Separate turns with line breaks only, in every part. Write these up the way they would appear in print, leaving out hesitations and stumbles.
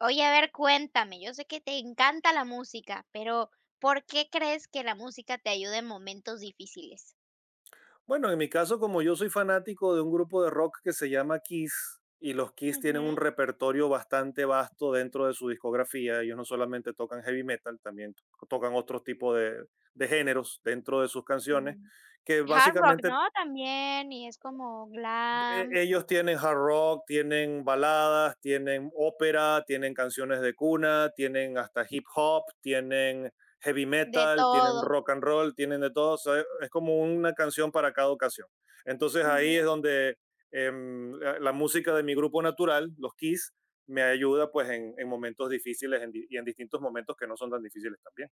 Oye, a ver, cuéntame, yo sé que te encanta la música, pero ¿por qué crees que la música te ayuda en momentos difíciles?
Bueno, en mi caso, como yo soy fanático de un grupo de rock que se llama Kiss, y los Kiss tienen un
Ujú,
repertorio bastante vasto dentro de su discografía, ellos no solamente tocan heavy metal, también tocan otro tipo de géneros dentro de sus canciones,
como
que
hard rock,
básicamente
¿no? También, y es como glam.
ellos tienen hard rock, tienen baladas, tienen ópera, tienen canciones de cuna, tienen hasta hip hop, tienen heavy
De
metal, tienen
todo.
rock and roll, tienen de todo. O sea, es como una canción para cada ocasión. Entonces ahí
Ujú.
es donde la música de mi grupo natural, los Kiss, me ayuda pues en momentos difíciles y en distintos momentos que no son tan difíciles también.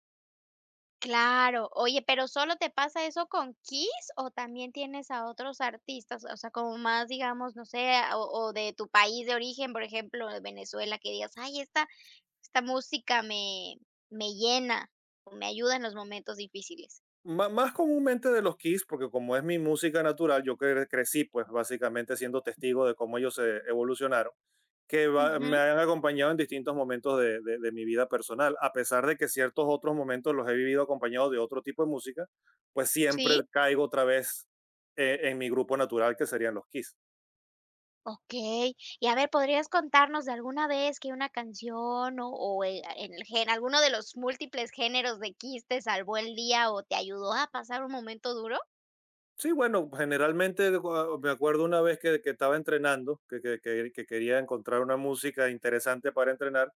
Claro. Oye, pero, ¿solo te pasa eso con Kiss o también tienes a otros artistas? O sea, como más, digamos, no sé, o de tu país de origen, por ejemplo, de Venezuela, que digas: "Ay, esta música me llena o me ayuda en los momentos difíciles".
Más comúnmente de los Kiss, porque como es mi música natural, yo crecí pues básicamente siendo testigo de cómo ellos se evolucionaron,
Ujú,
me han acompañado en distintos momentos de mi vida personal, a pesar de que ciertos otros momentos los he vivido acompañados de otro tipo de música, pues siempre
sí.
caigo otra vez en mi grupo natural, que serían los Kiss.
Okey. Y a ver, ¿podrías contarnos de alguna vez que una canción en el gen alguno de los múltiples géneros de Kiss te salvó el día o te ayudó a pasar un momento duro?
Sí, bueno, generalmente me acuerdo una vez que estaba entrenando, que quería encontrar una música interesante para entrenar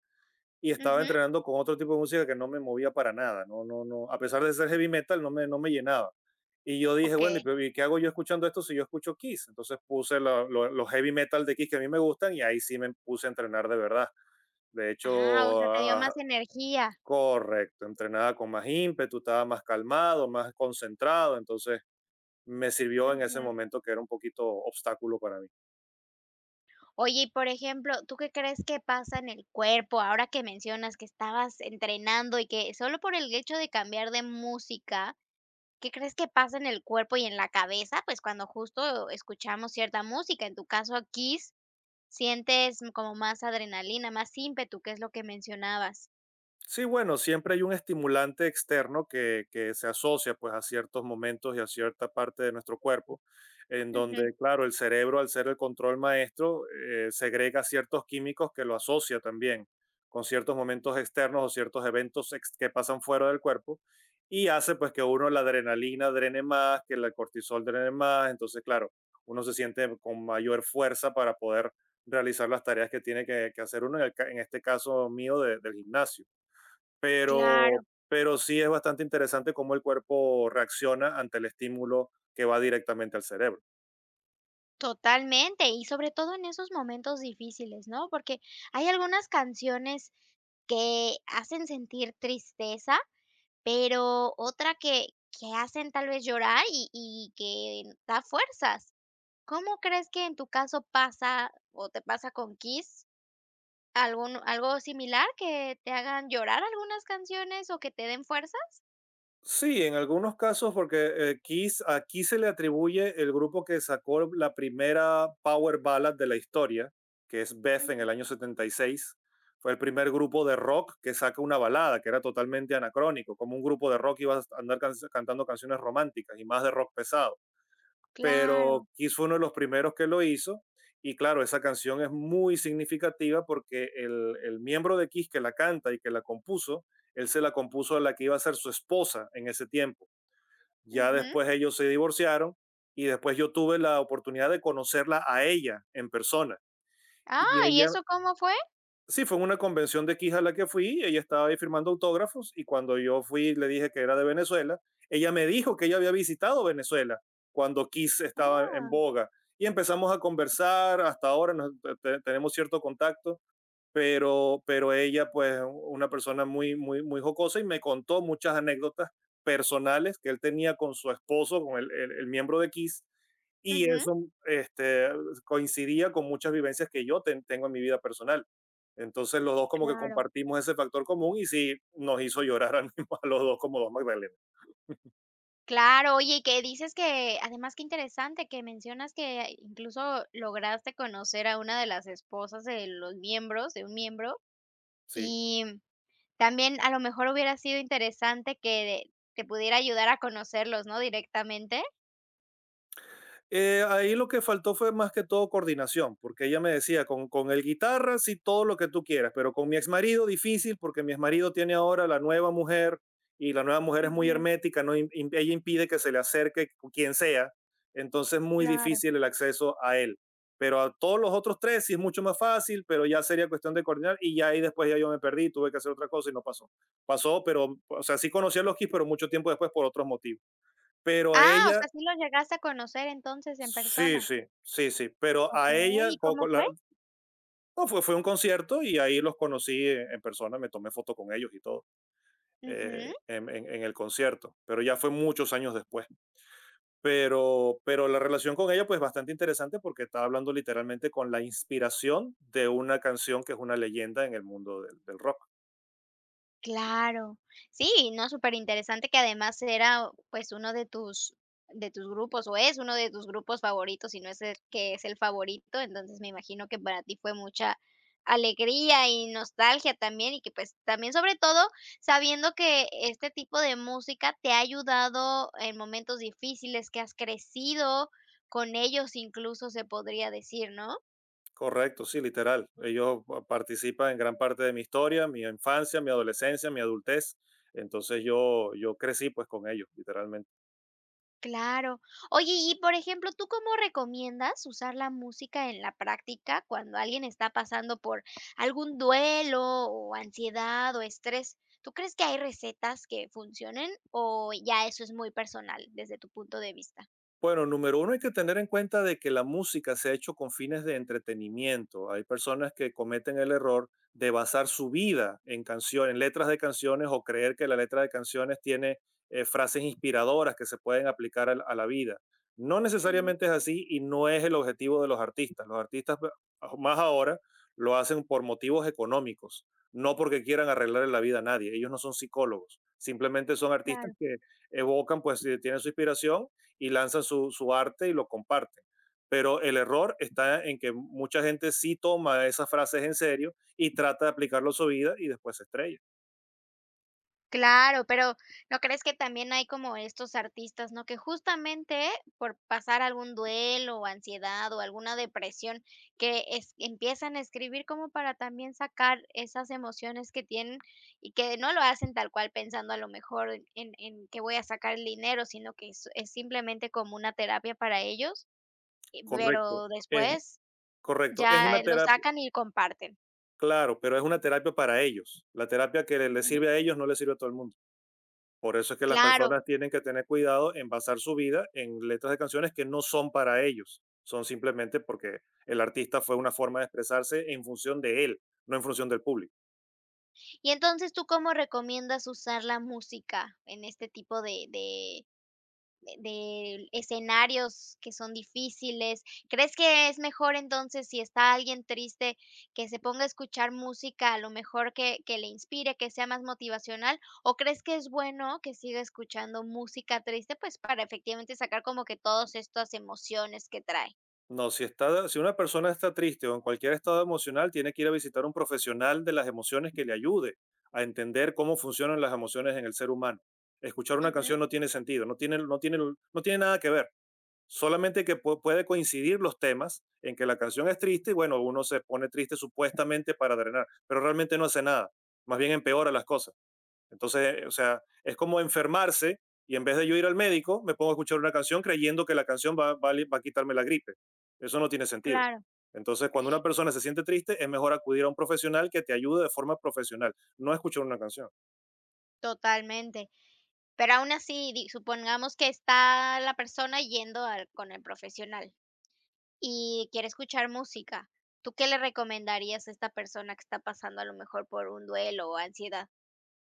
y estaba
Ujú,
entrenando con otro tipo de música que no me movía para nada, no, no, no, a pesar de ser heavy metal, no me llenaba. Y yo dije, bueno,
okey.
¿y ¿pero y qué hago yo escuchando esto si yo escucho Kiss? Entonces puse los heavy metal de Kiss que a mí me gustan y ahí sí me puse a entrenar de verdad. De
Ah, o
hecho,
sea, te dio más energía.
correcto, entrenaba con más ímpetu, estaba más calmado, más concentrado, entonces me sirvió en ese
Ujú.
momento que era un poquito obstáculo para mí.
Oye, y por ejemplo, ¿tú qué crees que pasa en el cuerpo ahora que mencionas que estabas entrenando y que solo por el hecho de cambiar de música? ¿Qué crees que pasa en el cuerpo y en la cabeza? Pues cuando justo escuchamos cierta música, en tu caso Kiss, sientes como más adrenalina, más ímpetu, que es lo que mencionabas.
Sí, bueno, siempre hay un estimulante externo que se asocia pues a ciertos momentos y a cierta parte de nuestro cuerpo, en
Ujú,
donde, claro, el cerebro al ser el control maestro segrega ciertos químicos que lo asocia también con ciertos momentos externos o ciertos eventos que pasan fuera del cuerpo y hace pues que uno la adrenalina drene más, que el cortisol drene más, entonces, claro, uno se siente con mayor fuerza para poder realizar las tareas que tiene que hacer uno, en, el en este caso mío del gimnasio
claro,
pero, pero sí es bastante interesante cómo el cuerpo reacciona ante el estímulo que va directamente al cerebro.
totalmente, y sobre todo en esos momentos difíciles, ¿no? Porque hay algunas canciones que hacen sentir tristeza, pero otra que hacen tal vez llorar y que da fuerzas. ¿Cómo crees que en tu caso pasa o te pasa con Kiss? ¿Algún algo similar que te hagan llorar algunas canciones o que te den fuerza?
Sí, en algunos casos, porque Kiss, aquí se le atribuye el grupo que sacó la primera power ballad de la historia, que es Beth en el
Ujú.
año 76. Fue el primer grupo de rock que saca una balada, que era totalmente anacrónico, como un grupo de rock iba a andar cantando canciones románticas y más de rock pesado.
Claro.
Pero Kiss fue uno de los primeros que lo hizo. Y claro, esa canción es muy significativa porque el miembro de Kiss que la canta y que la compuso, él se la compuso a la que iba a ser su esposa en ese tiempo. Ya
Ujú.
después ellos se divorciaron y después yo tuve la oportunidad de conocerla a ella en persona. Y
Ah, ¿y
ella
eso cómo fue?
Sí, fue en una convención de Quija a la que fui, ella estaba ahí firmando autógrafos y cuando yo fui le dije que era de Venezuela, ella me dijo que ella había visitado Venezuela cuando Kiss estaba en
Ah.
boga y empezamos a conversar, hasta ahora tenemos cierto contacto, pero ella pues una persona muy, muy, muy jocosa y me contó muchas anécdotas personales que él tenía con su esposo, con el, el miembro de Kiss, y
Ujú.
eso este, coincidía con muchas vivencias que yo tengo en mi vida personal. Entonces los dos como que
Claro.
compartimos ese factor común y sí nos hizo llorar al a los dos como dos Magdalenas.
Claro, oye, y que dices que además qué interesante que mencionas que incluso lograste conocer a una de las esposas de los miembros de un miembro,
Sí.
y también a lo mejor hubiera sido interesante que te pudiera ayudar a conocerlos, ¿no?, directamente.
Ahí lo que faltó fue más que todo coordinación, porque ella me decía, con el guitarra sí todo lo que tú quieras, pero con mi exmarido difícil, porque mi exmarido tiene ahora la nueva mujer y la nueva mujer es muy
Ujú,
hermética, no im- im- ella impide que se le acerque quien sea, entonces es muy
claro.
difícil el acceso a él. Pero a todos los otros tres sí es mucho más fácil, pero ya sería cuestión de coordinar y ya ahí después ya yo me perdí, tuve que hacer otra cosa y no pasó. Pasó, pero, o sea, sí conocí a los Kiss, pero mucho tiempo después por otros motivos, pero a
Ah, o
ella
sea, sí lo llegaste a conocer entonces en
sí,
persona.
sí, sí, sí, pero a
Okey,
ella,
¿y cómo fue?
no, fue un concierto y ahí los conocí en persona, me tomé foto con ellos y todo,
Ujú,
en, en el concierto, pero ya fue muchos años después. Pero la relación con ella, pues bastante interesante porque estaba hablando literalmente con la inspiración de una canción que es una leyenda en el mundo del, del rock.
claro. Sí, no, súper interesante que además era, pues, uno de tus grupos, o es uno de tus grupos favoritos, si no es el que es el favorito, entonces me imagino que para ti fue mucha alegría y nostalgia también, y que, pues, también, sobre todo, sabiendo que este tipo de música te ha ayudado en momentos difíciles, que has crecido con ellos, incluso se podría decir, ¿no?
Correcto, sí, literal. Ellos participan en gran parte de mi historia, mi infancia, mi adolescencia, mi adultez. Entonces yo crecí pues con ellos, literalmente.
Claro. Oye, y por ejemplo, ¿tú cómo recomiendas usar la música en la práctica cuando alguien está pasando por algún duelo o ansiedad o estrés? ¿Tú crees que hay recetas que funcionen o ya eso es muy personal desde tu punto de vista?
Bueno, número uno, hay que tener en cuenta de que la música se ha hecho con fines de entretenimiento. Hay personas que cometen el error de basar su vida en canciones, en letras de canciones o creer que la letra de canciones tiene frases inspiradoras que se pueden aplicar a la vida. No
Ujú,
necesariamente es así y no es el objetivo de los artistas. Los artistas, más ahora, lo hacen por motivos económicos, no porque quieran arreglarle la vida a nadie. Ellos no son psicólogos, simplemente son artistas
claro.
que evocan, pues tienen su inspiración y lanzan su, su arte y lo comparten. Pero el error está en que mucha gente sí toma esas frases en serio y trata de aplicarlo a su vida y después se estrella.
Claro, pero, ¿no crees que también hay como estos artistas, no? Que justamente por pasar algún duelo, o ansiedad, o alguna depresión, que es empiezan a escribir como para también sacar esas emociones que tienen, y que no lo hacen tal cual pensando a lo mejor en en que voy a sacar el dinero, sino que es simplemente como una terapia para ellos,
Correcto.
pero
Es
después
correcto. Es una
ya lo
terapia,
sacan y comparten.
claro, pero es una terapia para ellos. La terapia que les
Ujú.
sirve a ellos no le sirve a todo el mundo. Por eso es que las
Claro.
personas tienen que tener cuidado en basar su vida en letras de canciones que no son para ellos. Son simplemente porque el artista fue una forma de expresarse en función de él, no en función del público.
Y entonces, ¿tú cómo recomiendas usar la música en este tipo de de escenarios que son difíciles? ¿Crees que es mejor entonces, si está alguien triste, que se ponga a escuchar música, a lo mejor que le inspire, que sea más motivacional? ¿O crees que es bueno que siga escuchando música triste, pues, para efectivamente sacar como que todas estas emociones que trae?
No, si está, si una persona está triste o en cualquier estado emocional, tiene que ir a visitar a un profesional de las emociones que le ayude a entender cómo funcionan las emociones en el ser humano. Escuchar una
Ujú,
canción no tiene sentido, no tiene nada que ver. Solamente que puede coincidir los temas en que la canción es triste y bueno, uno se pone triste supuestamente para drenar, pero realmente no hace nada. Más bien empeora las cosas. Entonces, o sea, es como enfermarse y en vez de yo ir al médico, me pongo a escuchar una canción creyendo que la canción va a quitarme la gripe. Eso no tiene sentido.
claro,
Entonces, cuando una persona se siente triste, es mejor acudir a un profesional que te ayude de forma profesional, no escuchar una canción.
totalmente. Pero aún así, di supongamos que está la persona yendo al con el profesional y quiere escuchar música, ¿tú qué le recomendarías a esta persona que está pasando a lo mejor por un duelo o ansiedad?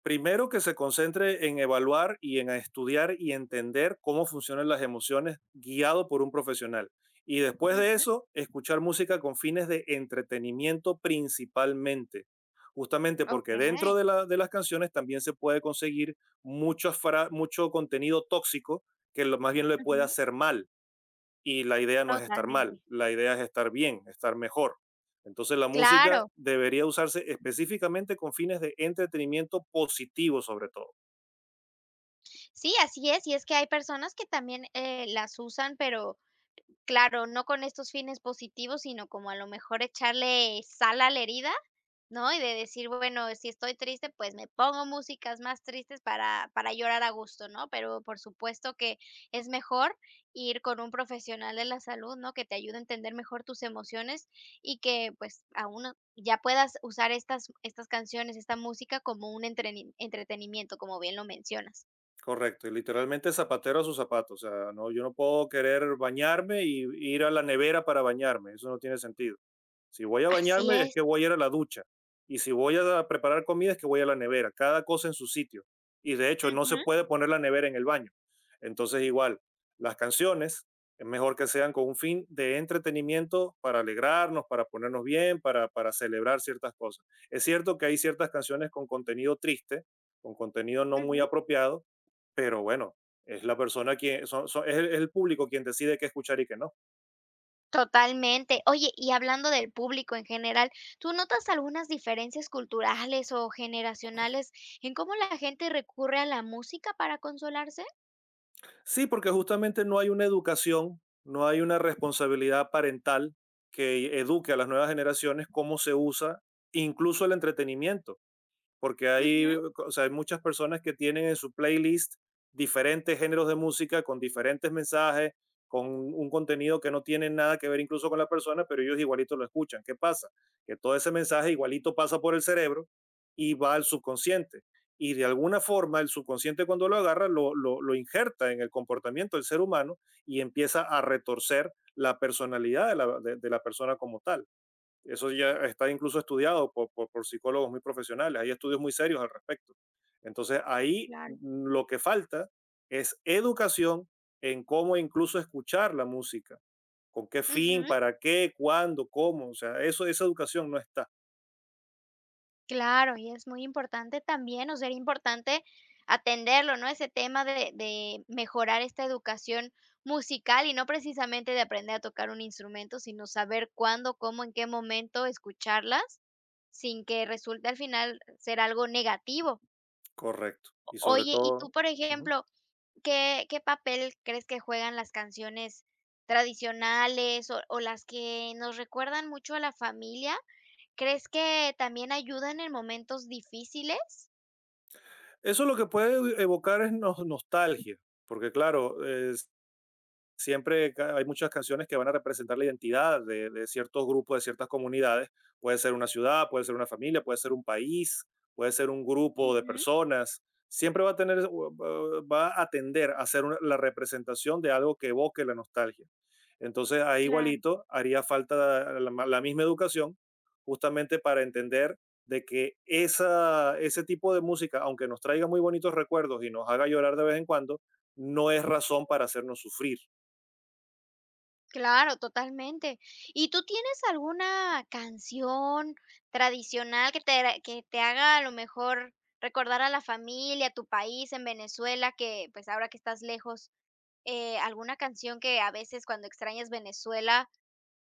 Primero que se concentre en evaluar y en estudiar y entender cómo funcionan las emociones guiado por un profesional. Y después de
Ujú,
eso, escuchar música con fines de entretenimiento principalmente. Justamente porque
okey.
dentro de, de las canciones también se puede conseguir mucho, mucho contenido tóxico que más bien le puede
Ujú,
hacer mal y la idea no es estar mal,
totalmente.
la idea es estar bien, estar mejor. Entonces la música
Claro.
debería usarse específicamente con fines de entretenimiento positivo sobre todo.
Sí, así es, y es que hay personas que también, las usan, pero claro, no con estos fines positivos, sino como a lo mejor echarle sal a la herida. ¿No? Y de decir, bueno, si estoy triste, pues me pongo músicas más tristes para llorar a gusto, ¿no? Pero por supuesto que es mejor ir con un profesional de la salud, ¿no? Que te ayude a entender mejor tus emociones y que, pues, aún ya puedas usar estas canciones, esta música como un entreni entretenimiento, como bien lo mencionas.
Correcto, y literalmente zapatero a sus zapatos, o sea, no, yo no puedo querer bañarme y ir a la nevera para bañarme, eso no tiene sentido. Si voy a
Así
bañarme es
es.
que voy a ir a la ducha y si voy a preparar comida es que voy a la nevera, cada cosa en su sitio. Y de hecho no se
Ujú,
puede poner la nevera en el baño. Entonces igual, las canciones es mejor que sean con un fin de entretenimiento para alegrarnos, para ponernos bien, para celebrar ciertas cosas. Es cierto que hay ciertas canciones con contenido triste, con contenido no muy
ujú.
apropiado, pero bueno, es la persona quien, es el público quien decide qué escuchar y qué no.
Totalmente. Oye, y hablando del público en general, ¿tú notas algunas diferencias culturales o generacionales en cómo la gente recurre a la música para consolarse?
Sí, porque justamente no hay una educación, no hay una responsabilidad parental que eduque a las nuevas generaciones cómo se usa incluso el entretenimiento. Porque hay,
Ujú.
o sea, hay muchas personas que tienen en su playlist diferentes géneros de música con diferentes mensajes, con un contenido que no tiene nada que ver incluso con la persona, pero ellos igualito lo escuchan. ¿Qué pasa? Que todo ese mensaje igualito pasa por el cerebro y va al subconsciente. Y de alguna forma el subconsciente cuando lo agarra lo injerta en el comportamiento del ser humano y empieza a retorcer la personalidad de la persona como tal. Eso ya está incluso estudiado por psicólogos muy profesionales. Hay estudios muy serios al respecto. Entonces, ahí
Claro.
lo que falta es educación en cómo incluso escuchar la música, con qué fin,
Ujú,
para qué, cuándo, cómo. O sea, eso, esa educación no está.
claro, y es muy importante también, o sea, importante atenderlo, ¿no? Ese tema de mejorar esta educación musical y no precisamente de aprender a tocar un instrumento, sino saber cuándo, cómo, en qué momento escucharlas sin que resulte al final ser algo negativo.
Correcto. Y sobre
Oye, y
todo,
tú, por
ujú.
ejemplo, ¿qué qué papel crees que juegan las canciones tradicionales o las que nos recuerdan mucho a la familia? ¿Crees que también ayudan en momentos difíciles?
Eso lo que puede evocar es nostalgia, porque claro, siempre hay muchas canciones que van a representar la identidad de ciertos grupos, de ciertas comunidades. Puede ser una ciudad, puede ser una familia, puede ser un país, puede ser un grupo de
Ujú,
personas. Siempre va a tener, va a tender a ser la representación de algo que evoque la nostalgia. Entonces, ahí
claro.
igualito haría falta la misma educación justamente para entender de que esa, ese tipo de música, aunque nos traiga muy bonitos recuerdos y nos haga llorar de vez en cuando, no es razón para hacernos sufrir.
Claro, totalmente. ¿Y tú tienes alguna canción tradicional que te ra que te haga a lo mejor recordar a la familia, tu país en Venezuela, que, pues, ahora que estás lejos, alguna canción que a veces cuando extrañas Venezuela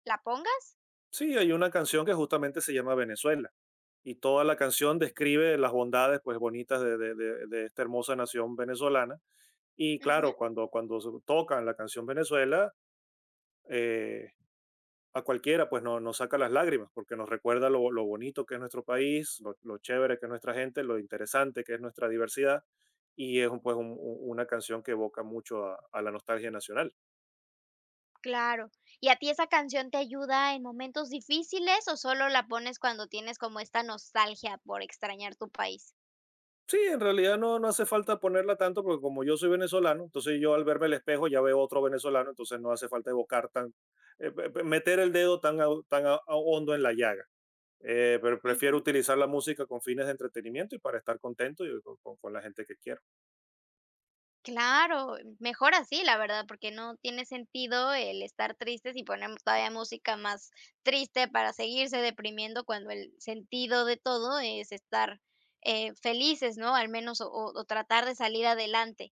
la pongas?
Sí, hay una canción que justamente se llama Venezuela y toda la canción describe las bondades pues bonitas de esta hermosa nación venezolana. Y
Ujú.
claro, cuando, cuando se tocan la canción Venezuela, eh, a cualquiera pues no, nos saca las lágrimas porque nos recuerda lo bonito que es nuestro país, lo chévere que es nuestra gente, lo interesante que es nuestra diversidad y es pues una canción que evoca mucho a la nostalgia nacional.
Claro. ¿Y a ti esa canción te ayuda en momentos difíciles o solo la pones cuando tienes como esta nostalgia por extrañar tu país?
Sí, en realidad no, no hace falta ponerla tanto porque como yo soy venezolano, entonces yo al verme el espejo ya veo otro venezolano, entonces no hace falta evocar tan, meter el dedo tan, tan a hondo en la llaga. Pero prefiero
Ujú.
utilizar la música con fines de entretenimiento y para estar contento y con, con la gente que quiero.
Claro, mejor así, la verdad, porque no tiene sentido el estar tristes y poner todavía música más triste para seguirse deprimiendo cuando el sentido de todo es estar felices, ¿no? Al menos o tratar de salir adelante.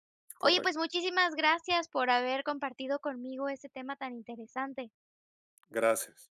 Oye, pues
Correcto.
muchísimas gracias por haber compartido conmigo ese tema tan interesante.
Gracias.